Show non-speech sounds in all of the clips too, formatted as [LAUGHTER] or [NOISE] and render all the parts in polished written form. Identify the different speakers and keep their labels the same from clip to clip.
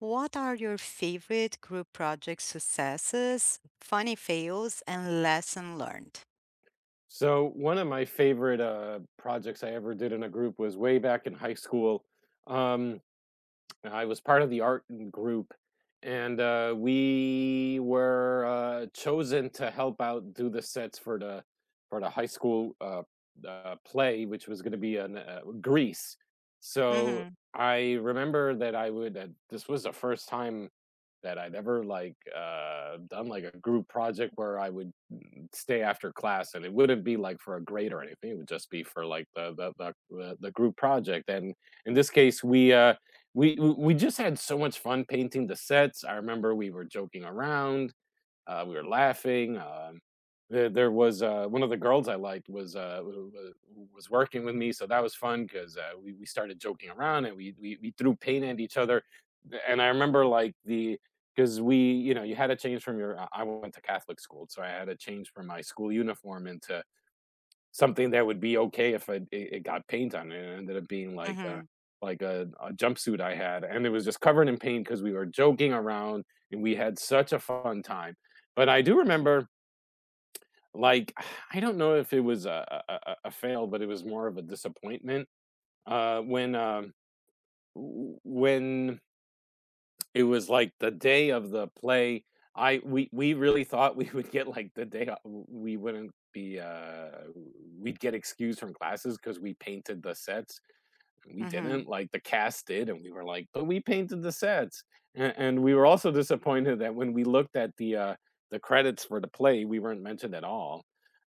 Speaker 1: What are your favorite group project successes, funny fails, and lesson learned?
Speaker 2: So one of my favorite projects I ever did in a group was way back in high school. Um, I was part of the group, and we were chosen to help out do the sets for the high school play, which was going to be in Greece. So
Speaker 1: Mhm,
Speaker 2: I remember that I would. This was the first time that I'd ever done like a group project where I would stay after class, and it wouldn't be like for a grade or anything. It would just be for like the group project. And in this case, we just had so much fun painting the sets. I remember we were joking around, we were laughing. There was one of the girls I liked was was working with me, so that was fun because we started joking around and we threw paint at each other. And I remember like the because we you know you had to change from your I went to Catholic school, so I had to change from my school uniform into something that would be okay if it got paint on it, and it ended up being like a
Speaker 1: mhm,
Speaker 2: like a a jumpsuit I had, and it was just covered in paint because we were joking around, and we had such a fun time. But I do remember, like, [SIGHS] I don't know if it was a fail, but it was more of a disappointment, when, w when it was like the day of the play. I we really thought we would get, like, the day o w we wouldn't be, we'd get excused from classes because we painted the sets. We
Speaker 1: mhm.
Speaker 2: didn't, like, the cast did, and we were like, "But we painted the sets." And we were also disappointed that when we looked at the credits for the play, we weren't mentioned at all.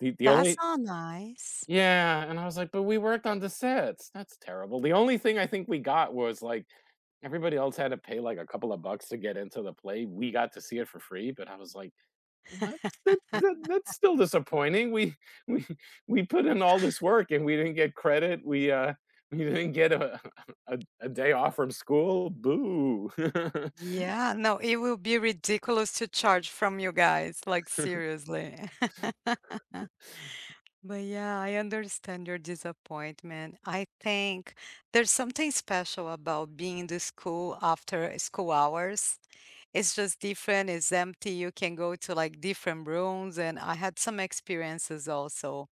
Speaker 2: The
Speaker 1: That's
Speaker 2: only
Speaker 1: all nice.
Speaker 2: Yeah, and I was like, "But we worked on the sets, that's terrible." The only thing I think we got was, like, everybody else had to pay, like, a couple of bucks to get into the play, we got to see it for free, but I was like, "Well, that's that's still disappointing, we [LAUGHS] we we put in all this work and we didn't get credit, we didn't get a [LAUGHS] a day off from school, boo." [LAUGHS]
Speaker 1: Yeah, no, it will be ridiculous to charge from you guys, like seriously. [LAUGHS] But yeah, I understand your disappointment. I think there's something special about being in the school after school hours. It's just different, it's empty, you can go to, like, different rooms, and I had some experiences also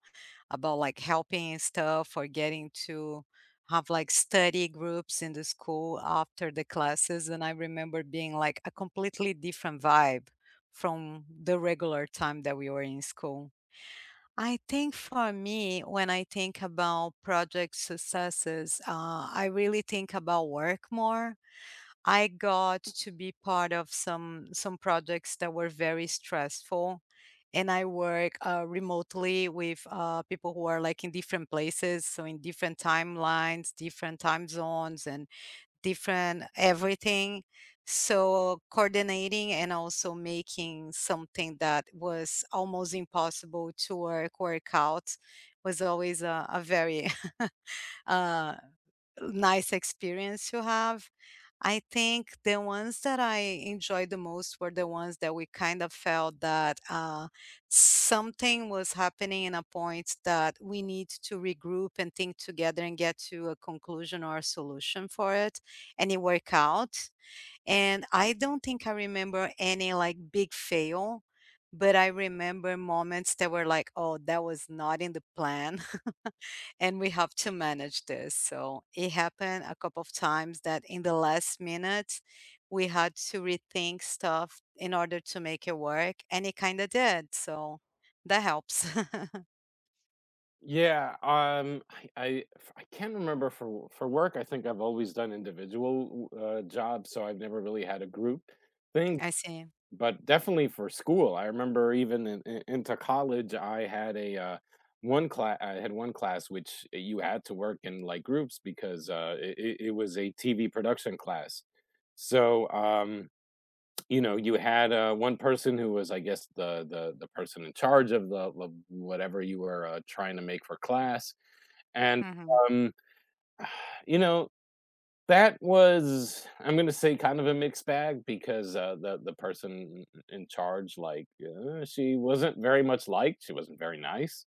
Speaker 1: about, like, helping stuff or getting to have, like, study groups in the school after the classes, and I remember being, like, a completely different vibe from the regular time that we were in school. I think for me, when I think about project successes, I really think about work more. I got to be part of some projects that were very stressful, and I work, remotely with, people who are, like, in different places, so in different timelines, different time zones, and different everything. So coordinating and also making something that was almost impossible to work out was always a very, [LAUGHS] uh nice experience to have. I think the ones that I enjoyed the most were the ones that we kind of felt that something was happening in a point that we need to regroup and think together and get to a conclusion or a solution for it, and it worked out. And I don't think I remember any like big fail, but I remember moments that were like, oh, that was not in the plan and we have to manage this. So it happened a couple of times that in the last minute, we had to rethink stuff in order to make it work, and it kind of did. So that helps. [LAUGHS]
Speaker 2: Yeah, I can't remember for w for work. I think I've always done individual, jobs, so I've never really had a group thing,
Speaker 1: I see.
Speaker 2: but definitely for school, I remember even in into college, I had one class. I had one class which you had to work in, like, groups because, uh, it was a TV production class. So, you know, you had, one person who was, I guess, the person in charge of the of whatever you were, trying to make for class, and,
Speaker 1: Hmm,
Speaker 2: um, you know, that was, I'm gonna say, kind of a mixed bag because, uh, the person in charge, like, she wasn't very much liked, she wasn't very nice,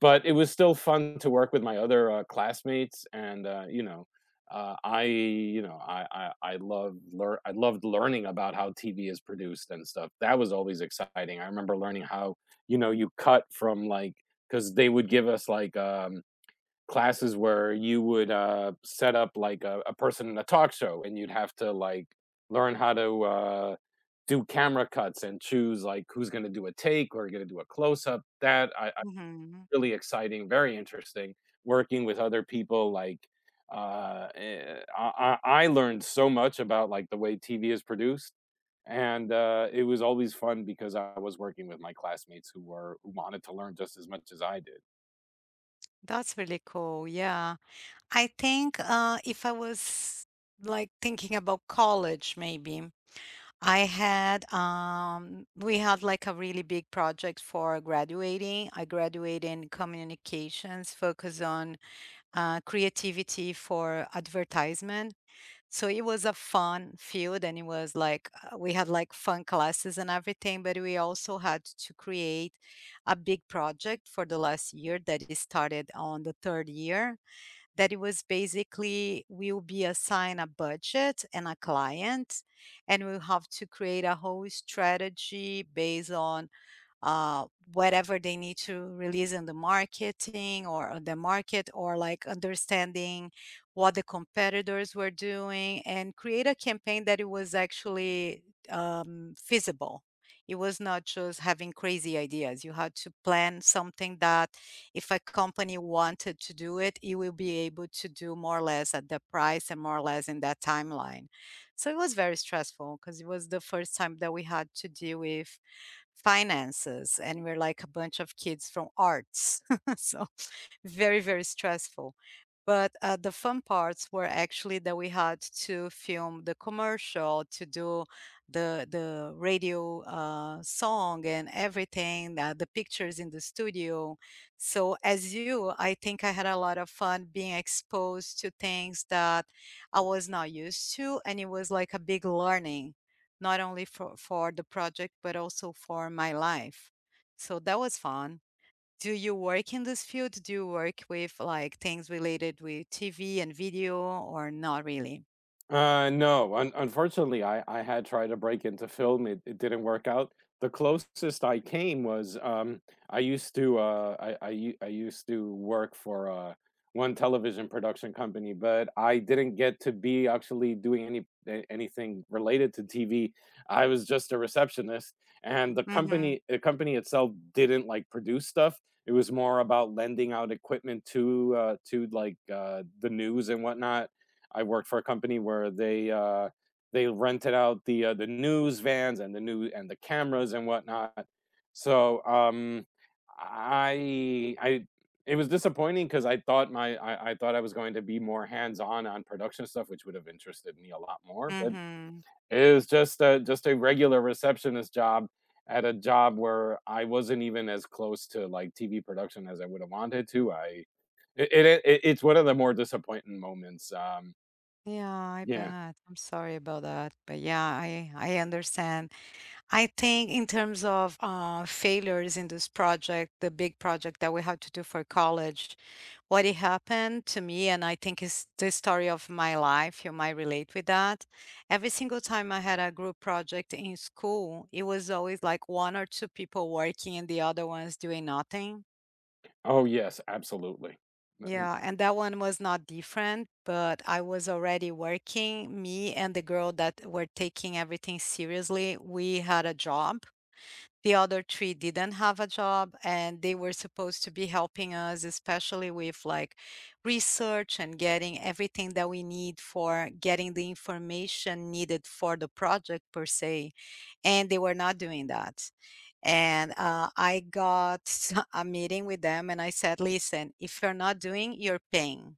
Speaker 2: but it was still fun to work with my other, classmates and, you know, I you know, I love lear I loved learning about how TV is produced and stuff. That was always exciting. I remember learning how, you know, you cut from, like because they would give us, like, classes where you would set up like a person in a talk show and you'd have to like learn how to do camera cuts and choose like who's going to do a take or going to do a close up. That I
Speaker 1: hmm.
Speaker 2: Really exciting, very interesting. Working with other people, like I learned so much about like the way TV is produced, and it was always fun because I was working with my classmates who were who wanted to learn just as much as I did.
Speaker 1: That's really cool. Yeah. I think if I was like thinking about college, maybe. I had we had like a really big project for graduating. I graduated in communications, focus on creativity for advertisement. So it was a fun field, and it was like we had like fun classes and everything. But we also had to create a big project for the last year that is started on the third year, that it was basically we'll be assigned a budget and a client, and we'll have to create a whole strategy based on uh, whatever they need to release in the marketing or the market, or like understanding what the competitors were doing, and create a campaign that it was actually feasible. It was not just having crazy ideas, you had to plan something that if a company wanted to do it, it will be able to do more or less at the price and more or less in that timeline. So it was very stressful because it was the first time that we had to deal with finances, and we're like a bunch of kids from arts. [LAUGHS] So very, very stressful. But the fun parts were actually that we had to film the commercial, to do the radio song and everything, the pictures in the studio. So as you, I think I had a lot of fun being exposed to things that I was not used to, and it was like a big learning, not only for the project but also for my life. So that was fun. Do you work in this field? Do you work with like things related with TV and video or not really?
Speaker 2: No, un unfortunately, I had tried to break into film, it didn't work out. The closest I came was, I used to work for, one television production company, but I didn't get to be actually doing anything related to TV. I was just a receptionist, and
Speaker 1: Mm-hmm.
Speaker 2: the company itself didn't, like, produce stuff. It was more about lending out equipment to, like, the news and whatnot. I worked for a company where they rented out the news vans and the cameras and whatnot. So I it was disappointing because I thought I was going to be more hands on production stuff, which would have interested me a lot more. But
Speaker 1: Mm-hmm.
Speaker 2: it was just just a regular receptionist job at a job where I wasn't even as close to like TV production as I would have wanted to. I it, it, it it's one of the more disappointing moments.
Speaker 1: Yeah, I
Speaker 2: Yeah.
Speaker 1: bet. I'm sorry about that. But yeah, I understand. I think in terms of failures in this project, the big project that we have to do for college, what it happened to me, and I think it's the story of my life, you might relate with that. Every single time I had a group project in school, it was always like one or two people working and the other ones doing nothing.
Speaker 2: Oh, yes, absolutely.
Speaker 1: Yeah, and that one was not different, but I was already working. Me and the girl that were taking everything seriously, we had a job. The other 3 didn't have a job, and they were supposed to be helping us, especially with, like, research and getting everything that we need for getting the information needed for the project per se, and they were not doing that. And, I got [LAUGHS] a meeting with them, and I said, "Listen, if you're not doing, you're paying.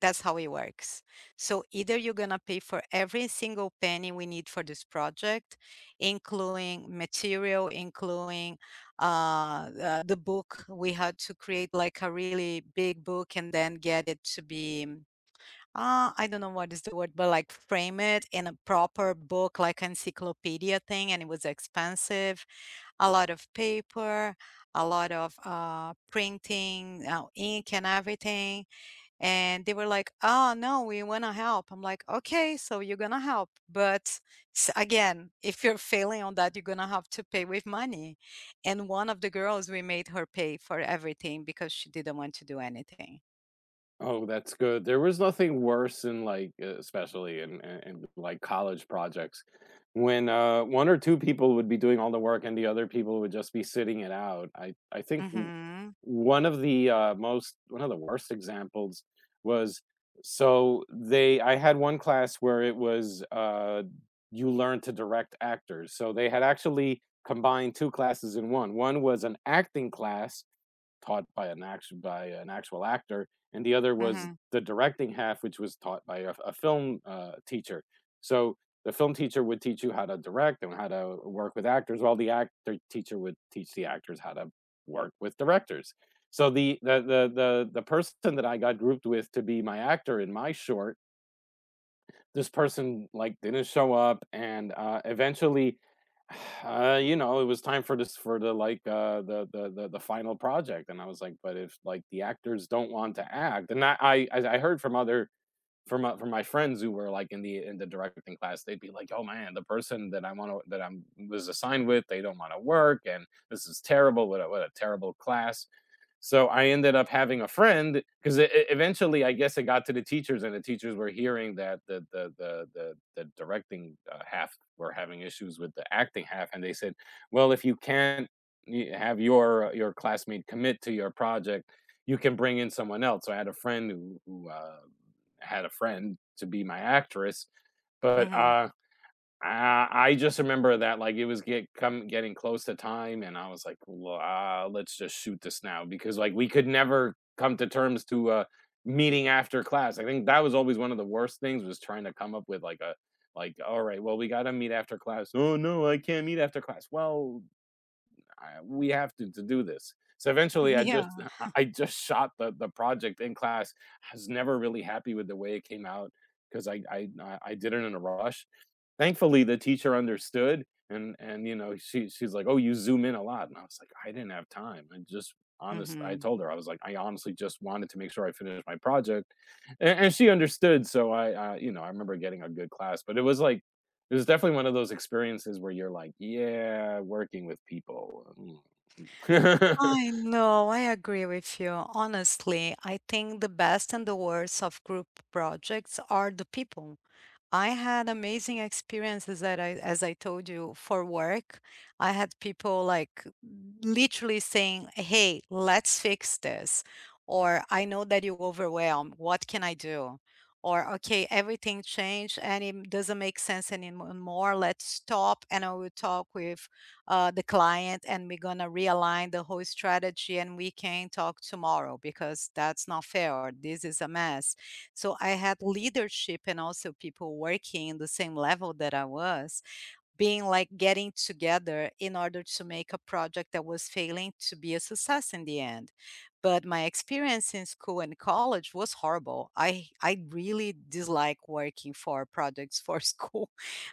Speaker 1: That's how it works. So either you're gonna pay for every single penny we need for this project, including material, including the book. We had to create like a really big book and then get it to be I don't know what is the word, but like frame it in a proper book, like encyclopedia thing, and it was expensive. A lot of paper, a lot of printing, ink, and everything. And they were like, "Oh, no, we wanna help." I'm like, "Okay, so you're gonna help, but again, if you're failing on that, you're gonna have to pay with money." And one of the girls, we made her pay for everything because she didn't want to do anything.
Speaker 2: Oh, that's good. There was nothing worse than, like, especially in like, college projects when, 1 or 2 people would be doing all the work and the other people would just be sitting it out. I think
Speaker 1: Mhm.
Speaker 2: one of the, most one of the worst examples was so they I had one class where it was, you learn to direct actors, so they had actually combined 2 classes in one. One was an acting class taught by an action by an actual actor, and the other was
Speaker 1: Mhm.
Speaker 2: the directing half, which was taught by a film, teacher. So the film teacher would teach you how to direct and how to work with actors, while the actor teacher would teach the actors how to work with directors. So the person that I got grouped with to be my actor in my short, this person like didn't show up, and eventually, [SIGHS] you know, it was time for this for the like uh, the final project, and I was like, but if like the actors don't want to act, and I heard from other for my friends who were like in the directing class, they'd be like, "Oh man, the person that I want to that I'm was assigned with, they don't want to work, and this is terrible. What a terrible class." So I ended up having a friend because eventually, I guess, it got to the teachers, and the teachers were hearing that the directing half were having issues with the acting half, and they said, "Well, if you can't have your classmate commit to your project." You can bring in someone else. So I had a friend who had a friend to be my actress, but
Speaker 1: Mhm.
Speaker 2: I just remember that like it was getting close to time, and I was like, "Well, let's just shoot this now because like we could never come to terms to meeting after class. I think that was always one of the worst things was trying to come up with like a like all right, well we got to meet after class. Oh no, I can't meet after class. Well, we have to do this. So
Speaker 1: [LAUGHS]
Speaker 2: eventually, I
Speaker 1: Yeah.
Speaker 2: just [LAUGHS] I just shot the project in class. I was never really happy with the way it came out because I did it in a rush. Thankfully, the teacher understood, and, you know, she's like, "Oh, you zoom in a lot," and I was like, "I didn't have time." I just honest I
Speaker 1: Mhm.
Speaker 2: told her, I was like, "I honestly just wanted to make sure I finished my project," and she understood, so I you know, I remember getting a good class, but it was like it was definitely one of those experiences where you're like, "Yeah, working with people." mm." [LAUGHS]
Speaker 1: I know, I agree with you. Honestly, I think the best and the worst of group projects are the people. I had amazing experiences that I, as I told you, for work. I had people, like, literally saying, "Hey, let's fix this," or, "I know that you overwhelmed. What can I do?" Or, "Okay, everything changed, and it doesn't make sense anymore. Let's stop, and I will talk with, the client, and we're gonna realign the whole strategy, and we can talk tomorrow because that's not fair, or this is a mess." So I had leadership and also people working in the same level that I was, being like getting together in order to make a project that was failing to be a success in the end. But my experience in school and college was horrible. I really dislike working for projects for [LAUGHS] school.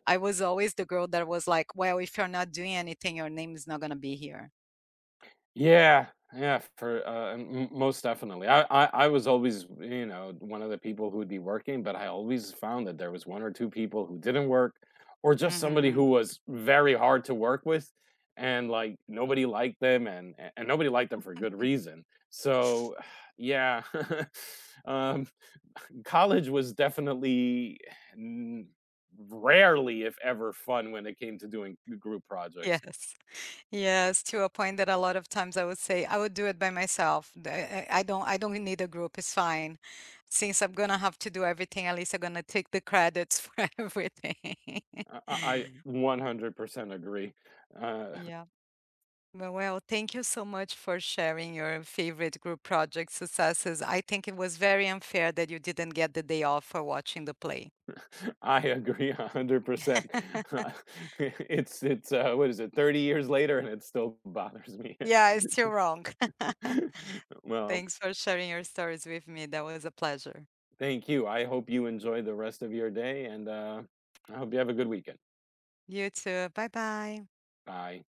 Speaker 1: I was always the girl that was like, well, if you're not doing anything, your name is not going to be here.
Speaker 2: Yeah, yeah, for m m most definitely. I was always, you know, one of the people who would be working, but I always found that there was 1 or 2 people who didn't work, or just somebody
Speaker 1: Mhm.
Speaker 2: who was very hard to work with, and, like, nobody liked them, and a and nobody liked them for good reason. So, [SIGHS] yeah, [LAUGHS] um, college was definitely n rarely, if ever, fun when it came to doing group projects.
Speaker 1: Yes. Yes, to a point that a lot of times I would say I would do it by myself. I don't I don't need a group, it's fine. Since I'm gonna have to do everything, at least I'm gonna take the credits for [LAUGHS] everything.
Speaker 2: I
Speaker 1: [LAUGHS]
Speaker 2: 100% agree. Uh,
Speaker 1: Yeah. Well, well, thank you so much for sharing your favorite group project successes. I think it was very unfair that you didn't get the day off for watching the play.
Speaker 2: [LAUGHS] I agree 100%. [LAUGHS]
Speaker 1: [LAUGHS]
Speaker 2: It's what is it? 30 years later and it still bothers me. [LAUGHS]
Speaker 1: Yeah, it's still wrong. [LAUGHS]
Speaker 2: Well,
Speaker 1: Thanks for sharing your stories with me. That was a pleasure.
Speaker 2: thank you. I hope you enjoy the rest of your day and I hope you have a good weekend.
Speaker 1: You too. Bye bye.
Speaker 2: Bye.